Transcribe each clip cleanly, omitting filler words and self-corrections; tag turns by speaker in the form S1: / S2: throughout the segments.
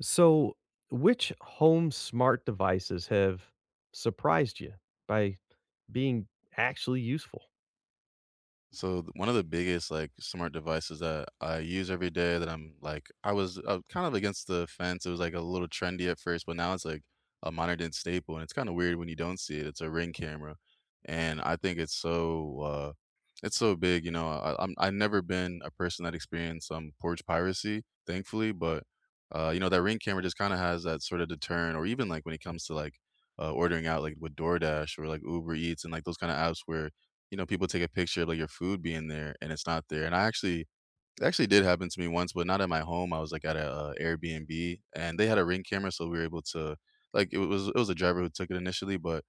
S1: So, which home smart devices have surprised you by being actually useful?
S2: One of the biggest like smart devices that I use every day that I'm like I was kind of against the fence. It was like a little trendy at first, but now it's like a modern day staple, and it's kind of weird when you don't see it. It's a ring camera, and I think it's so big. You know, I'm I've never been a person that experienced some porch piracy, thankfully, but you know that ring camera just kind of has that sort of deterrent, or even like when it comes to like ordering out like with DoorDash or like Uber Eats and like those kind of apps where you know, people take a picture of, like, your food being there, and it's not there, and I actually it actually did happen to me once, but not at my home. I was, like, at a, Airbnb, and they had a Ring camera, so we were able to, like, it was a driver who took it initially. But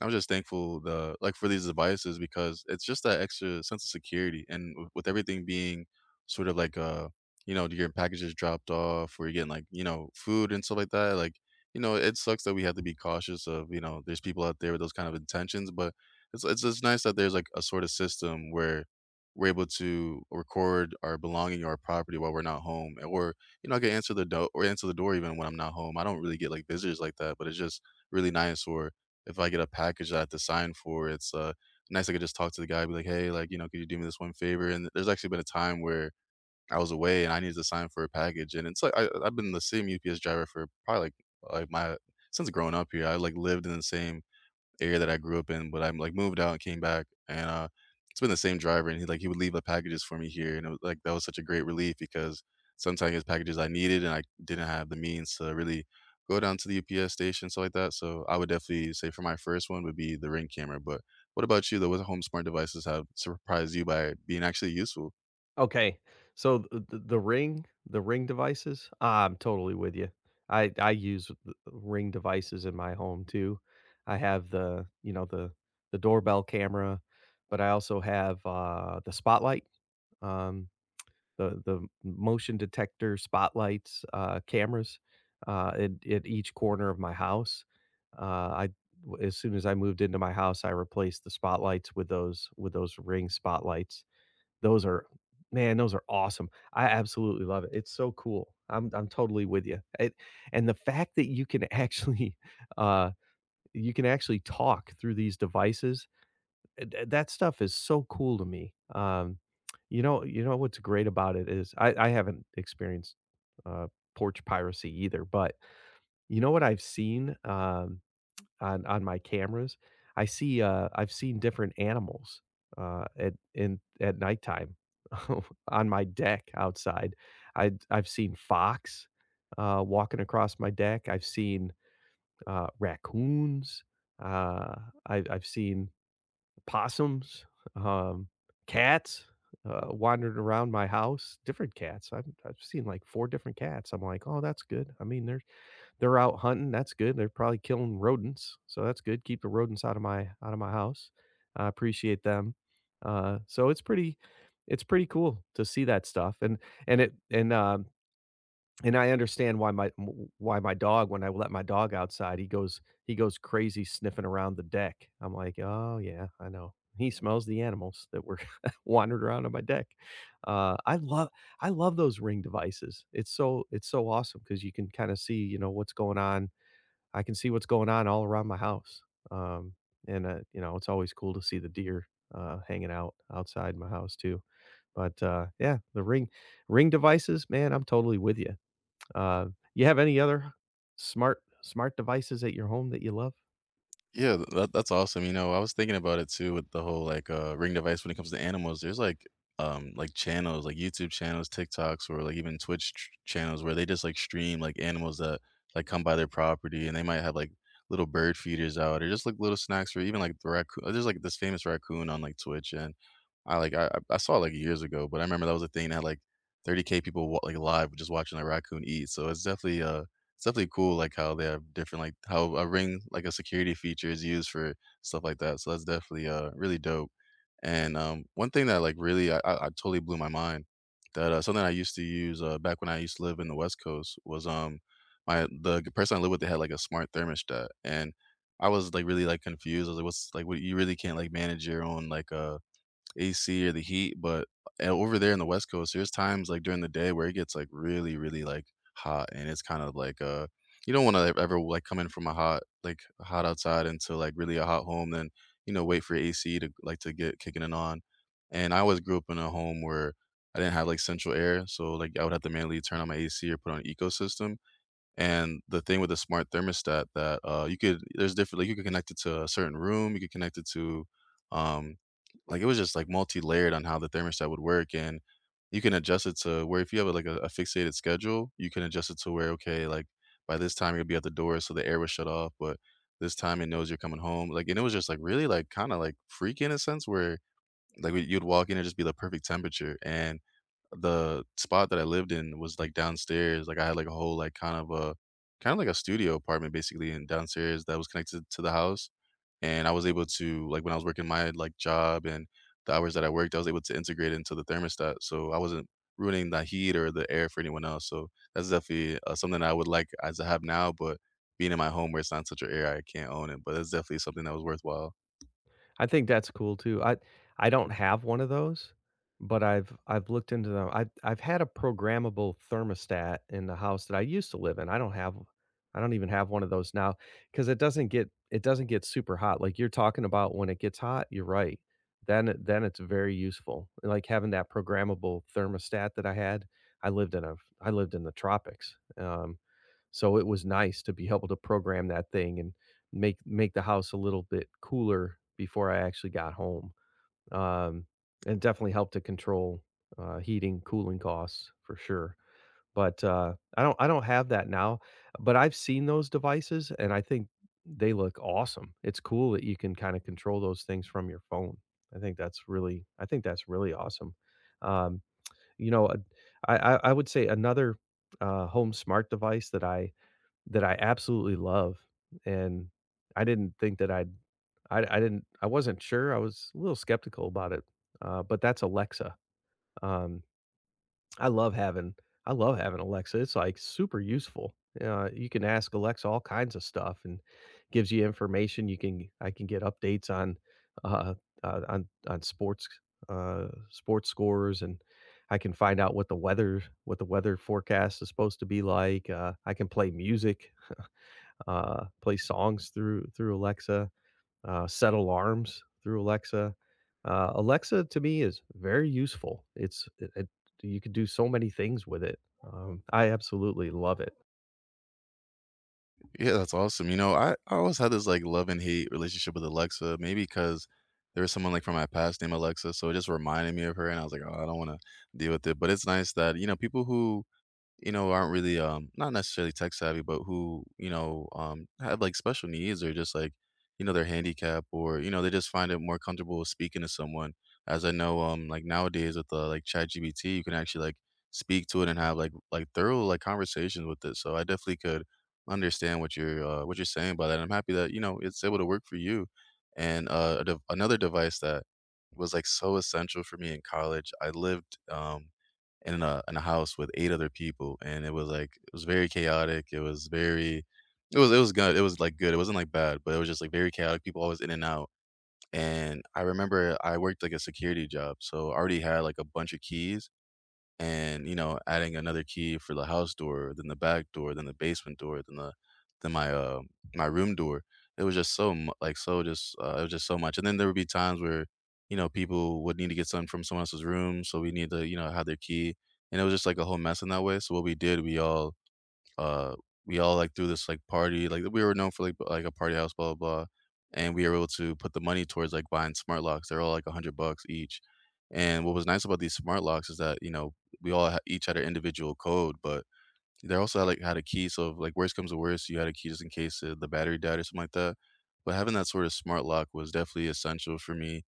S2: I'm just thankful for these devices because it's just that extra sense of security, and w with everything being sort of like, you know, your packages dropped off or you're getting, like, you know, food and stuff like that, like, you know, it sucks that we have to be cautious of, you know, there's people out there with those kind of intentions. But it's just nice that there's, like, a sort of system where we're able to record our belonging or our property while we're not home, eh, or, you know, I can answer the door even when I'm not home. I don't really get, like, visitors like that, but it's just really nice. Or if I get a package that I have to sign for, nice I could just talk to the guy, be like, "Hey, like, you know, could you do me this one favor?" And there's actually been a time where I was away and I needed to sign for a package, and it's like I've been the same UPS driver for probably, like, my, since growing up here, I, like, lived in the same area that I grew up in, but I'm like moved out and came back. And it's been the same driver, and he would leave the packages for me here, and it was like that was such a great relief because sometimes his packages I needed and I didn't have the means to really go down to the UPS station, stuff like that. So I would definitely say for my first one would be the Ring camera. But what about you though? What home smart devices have surprised you by being actually useful?
S1: Okay, so ring, the ring devices, I'm totally with you. I use ring devices in my home too. I have the the doorbell camera, but I also have the spotlight. Um, the motion detector spotlights, cameras, at each corner of my house. Uh, I w as soon as I moved into my house, I replaced the spotlights with those ring spotlights. Those are Man, those are awesome. I absolutely love it. It's so cool. I'm totally with you. It And the fact that you can actually, uh, you can actually talk through these devices th that stuff is so cool to me. You know what's great about it is I haven't experienced, uh, porch piracy either, but you know what I've seen, on my cameras? I see, I've seen different animals, at nighttime on my deck outside. I've seen fox, walking across my deck. I've seen, raccoons. Uh, I've seen possums, um, cats, wandered around my house, different cats. I've seen like 4 different cats. I'm like, "Oh, that's good." I mean, they're out hunting, that's good. They're probably killing rodents, so that's good. Keep the rodents out of my house. I appreciate them. So it's pretty cool to see that stuff, and and it and, um and I understand why my dog when I let my dog outside, he goes crazy sniffing around the deck. I'm like, "Oh, yeah, I know." He smells the animals that were wandered around on my deck. Uh, I love I love those Ring devices. It's so awesome because you can kinda see, you know, what's going on. I can see what's going on all around my house. Um, and, you know, it's always cool to see the deer, hanging out outside my house too. But, yeah, the Ring devices, man, I'm totally with you. Uh, you have any other smart devices at your home that you love?
S2: Yeah, th that that's awesome. You know, I was thinking about it too with the whole, like, Ring device. When it comes to animals, there's, like, channels, like, YouTube channels, TikToks, or, like, even Twitch ch channels where they just, like, stream, like, animals that, like, come by their property, and they might have, like, little bird feeders out or just, like, little snacks for even, like, the raccoon. There's, like, this famous raccoon on, like, Twitch, and I saw it, like, years ago, but I remember that was a thing that, like, 30K people, wa like, live just watching a raccoon eat. So it's definitely it's definitely cool, like, how they have different, like, how a ring, like, a security feature is used for stuff like that. So that's definitely, really dope. And, one thing that, like, really I totally blew my mind, that, something I used to use, back when I used to live in the West Coast was, my the person I lived with, they had, like, a smart thermostat, and I was, like, really, like, confused. I was like, "What's," like, "What, you really can't, like, manage your own, like, AC or the heat. But over there in the West Coast, there's times like during the day where it gets like really like hot, and it's kind of like you don't want to ever like come in from a hot, like hot, outside into like really a hot home, then you know wait for AC to like to get kicking it on. And I always grew up in a home where I didn't have like central air, so like I would have to manually turn on my AC or put on an ecosystem. And the thing with the smart thermostat, that, you could, there's different like, you could connect it to a certain room, you could connect it to, um like, it was just, like, multi-layered on how the thermostat would work. And you can adjust it to where if you have, like, a fixated schedule, you can adjust it to where, okay, like, by this time, you'll be at the door, so the air was shut off, but this time, it knows you're coming home, like. And it was just, like, really, like, kinda, like, freaky in a sense where, like, you'd walk in, and just be the perfect temperature. And the spot that I lived in was, like, downstairs, like, I had, like, a whole, like, kind of a, kinda like a studio apartment basically, and downstairs that was connected to the house, and I was able to like, when I was working my, like, job and the hours that I worked, I was able to integrate into the thermostat, so I wasn't ruining the heat or the air for anyone else. So that's definitely, something I would like as I have now, but being in my home where it's not such an area, I can't own it. But that's definitely something that was worthwhile.
S1: I think that's cool too. I don't have one of those, but I've looked into them. I've had a programmable thermostat in the house that I used to live in. I don't even have one of those now because it doesn't get super hot. Like you're talking about when it gets hot, you're right. Then it's very useful. Like having that programmable thermostat that I had. I lived in a I lived in the tropics. So it was nice to be able to program that thing and make the house a little bit cooler before I actually got home. Um, and definitely helped to control heating, cooling costs for sure. But I don't have that now. But I've seen those devices, and I think they look awesome. It's cool that you can kind of control those things from your phone. I think that's really awesome. Um, you know, I would say another home smart device that I absolutely love, and I didn't think that I'd I didn't I wasn't sure, I was a little skeptical about it, but that's Alexa, um, I love having I love having Alexa, it's, like, super useful, you can ask Alexa all kinds of stuff and gives you information, you can I can get updates uh, on sports, sports scores, and I can find out what the weather forecast is supposed to be like, I can play music, play songs through Alexa, set alarms through Alexa. Alexa to me is very useful. You could do so many things with it. I absolutely love it.
S2: Yeah, that's awesome. You know, I always had this like love and hate relationship with Alexa, maybe because there was someone like from my past named Alexa. So it just reminded me of her. And I was like, oh, I don't want to deal with it. But it's nice that, you know, people who, you know, aren't really, not necessarily tech savvy, but who, you know, have like special needs or just like, you know, they're handicapped or, you know, they just find it more comfortable speaking to someone. As I know, like nowadays with like chat GBT, you can actually like speak to it and have like thorough like conversations with it. So I definitely could understand what you're saying by that. I'm happy that, you know, it's able to work for you. And, another device that was like so essential for me in college. I lived, in a house with 8 other people, and it was, like, it was very chaotic, it was very it was good, it was, like, good, it wasn't, like, bad, but it was just, like, very chaotic, people always in and out. And I remember I worked, like, a security job, so I already had, like, a bunch of keys. And you know adding another key for the house door, then the back door, then the basement door, then, the then my my room door, it was just so like so just it was just so much. And then there would be times where you know people would need to get something from someone else's room, so we need to, you know, have their key, and it was just like a whole mess in that way. So what we did, we all, uh, we all like threw this like party, like we were known for like like a party house, blah blah blah, and we were able to put the money towards like buying smart locks. They're all like $100 each. And what was nice about these smart locks is that you know each had our individual code, but they also had, like, had a key, so if, like, worst comes to worst, you had a key just in case, the battery died or something like that, but having that sort of smart lock was definitely essential for me,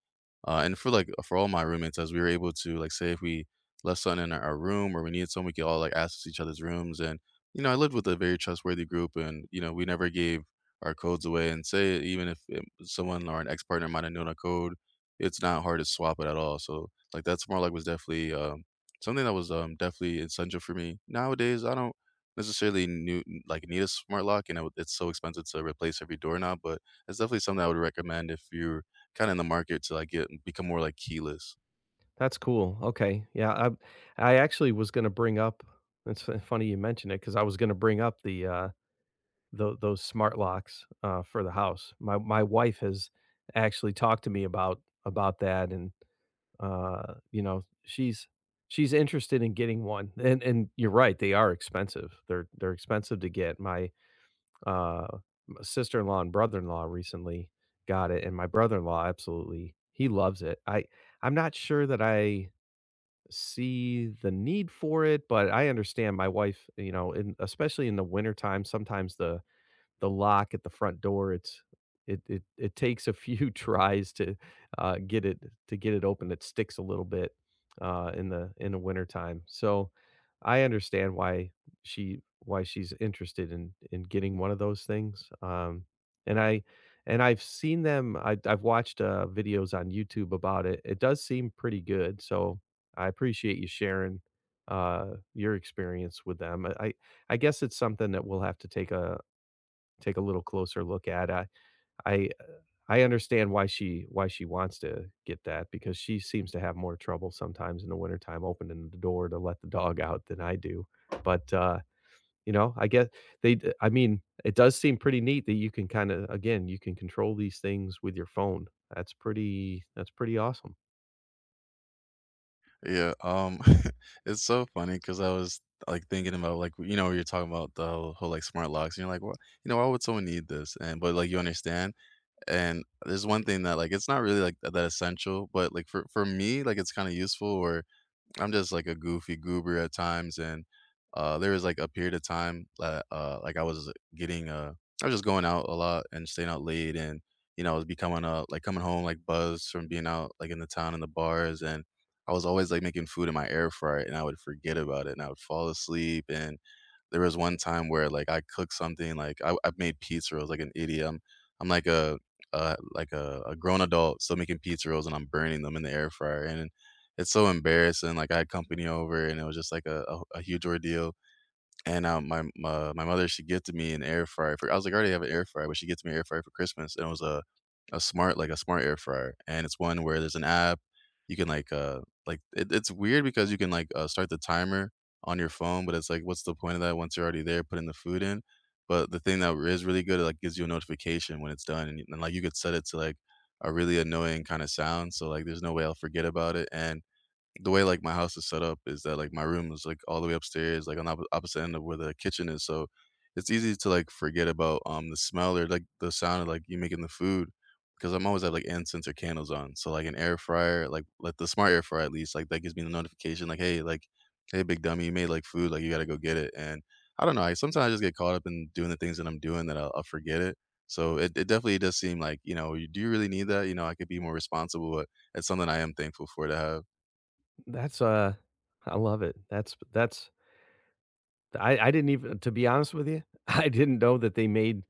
S2: and for, like, for all my roommates, as we were able to, like, say if we left something in our room or we needed something, we could all, like, access each other's rooms, and, you know, I lived with a very trustworthy group and, you know, we never gave our codes away, and say even if, someone or an ex-partner might have known a code, it's not hard to swap it at all, so, like, that smart lock was definitely, something that was, definitely essential for me. Nowadays, I don't necessarily new like need a smart lock, and it's so expensive to replace every doorknob, but it's definitely something I would recommend if you're kind of in the market to like get become more like keyless.
S1: That's cool. Okay, yeah, I actually was going to bring up. It's funny you mention it because I was going to bring up the those smart locks for the house. My wife has actually talked to me about that and you know, she's interested in getting one, and you're right, they are expensive. They're expensive to get. My, uh, m sister-in-law and brother-in-law recently got it, and my brother-in-law absolutely he loves it. I'm not sure that I see the need for it, but I understand my wife, you know, in especially in the wintertime, sometimes the lock at the front door. It takes a few tries to get it to get it open. It sticks a little bit in the wintertime. So I understand why she why she's interested in getting one of those things. And I and I've seen them. I've watched videos on YouTube about it. It does seem pretty good. So I appreciate you sharing your experience with them. I guess it's something that we'll have to take a little closer look at. I, uh, I understand why she wants to get that because she seems to have more trouble sometimes in the wintertime opening the door to let the dog out than I do. But, you know, I guess they d I mean, it does seem pretty neat that you can kinda again, you can control these things with your phone. That's pretty awesome.
S2: Yeah, it's so funny because I was like thinking about like you know you're talking about the whole like smart locks, and you're like, well, you know, why would someone need this? And but like you understand, and there's one thing that like it's not really like that essential, but like for me, like it's kind of useful, or I'm just like a goofy goober at times, and there was like a period of time that like I was getting I was just going out a lot and staying out late, and you know I was becoming like coming home like buzzed from being out like in the town and the bars, and I was always like making food in my air fryer, and I would forget about it, and I would fall asleep, and there was one time where, like, I cooked something, like, I made pizza rolls like an idiot. I'm like a grown adult still making pizza rolls, and I'm burning them in the air fryer, and it's so embarrassing, like, I had company over, and it was just like a huge ordeal. And, my mother, she gifted me an air fryer, for I was like, "I already have an air fryer," but she gifted me an air fryer for Christmas, and it was a a smart air fryer, and it's one where there's an app, you can, like, it it's weird because you can, like, start the timer on your phone, but it's like, what's the point of that once you're already there putting the food in? But the thing that is really good, it, like, gives you a notification when it's done, and like, you could set it to, like, a really annoying kinda sound, so, like, there's no way I'll forget about it, and the way like my house is set up is that like my room is like all the way upstairs, like on the opposite end of where the kitchen is. So it's easy to like forget about the smell or like the sound of like you making the food because I'm always have like incense or candles on. So like an air fryer, like the smart air fryer at least, like that gives me the notification like hey, big dummy, you made like food, like you gotta go get it. And I don't know, I sometimes I just get caught up in doing the things that I'm doing that I'll forget it. So it definitely does seem like, you know, you do you really need that? You know I could be more responsible, but it's something I am thankful for to have.
S1: That's, I love it. That's I didn't even, to be honest with you, I didn't know that they made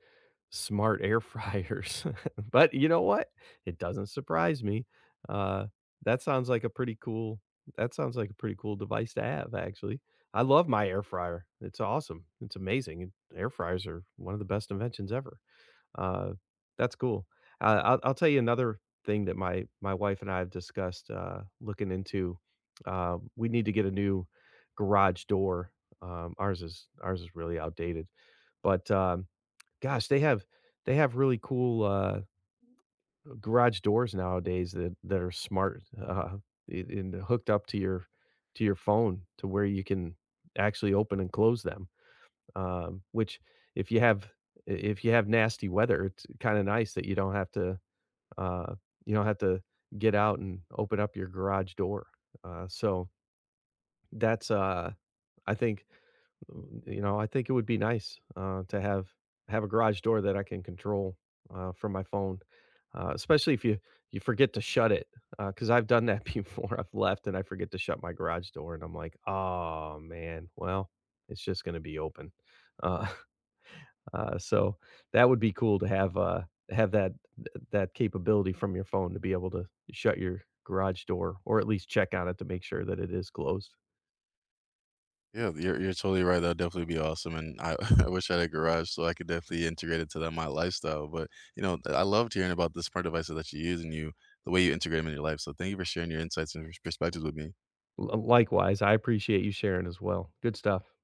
S1: smart air fryers. But you know what? It doesn't surprise me. Uh, that sounds like a pretty cool that sounds like a pretty cool device to have, actually. I love my air fryer. It's awesome. It's amazing. And air fryers are one of the best inventions ever. Uh, that's cool. I'll tell you another thing that my wife and I have discussed looking into. We need to get a new garage door. Ours is really outdated, but gosh, they have really cool, garage doors nowadays that are smart, and hooked up to your phone to where you can actually open and close them, which if you have if you have nasty weather, it's kinda nice that you don't have to, uh, you don't have to get out and open up your garage door, so that's, I think you know, I think it would be nice, to have a garage door that I can control, from my phone, especially if you forget to shut it, because 'cause I've done that before. I've left and I forget to shut my garage door, and I'm like, "Oh, man, well, it's just gonna be open." Uh, so that would be cool to have, have that that capability from your phone to be able to shut your garage door or at least check on it to make sure that it is closed.
S2: Yeah, you're totally right, that'd definitely be awesome, and I I wish I had a garage so I could definitely integrate it to that my lifestyle, but, you know, I loved hearing about the smart devices that you use and you the way you integrate them in your life, so thank you for sharing your insights and perspectives with me.
S1: L Likewise, I appreciate you sharing as well. Good stuff.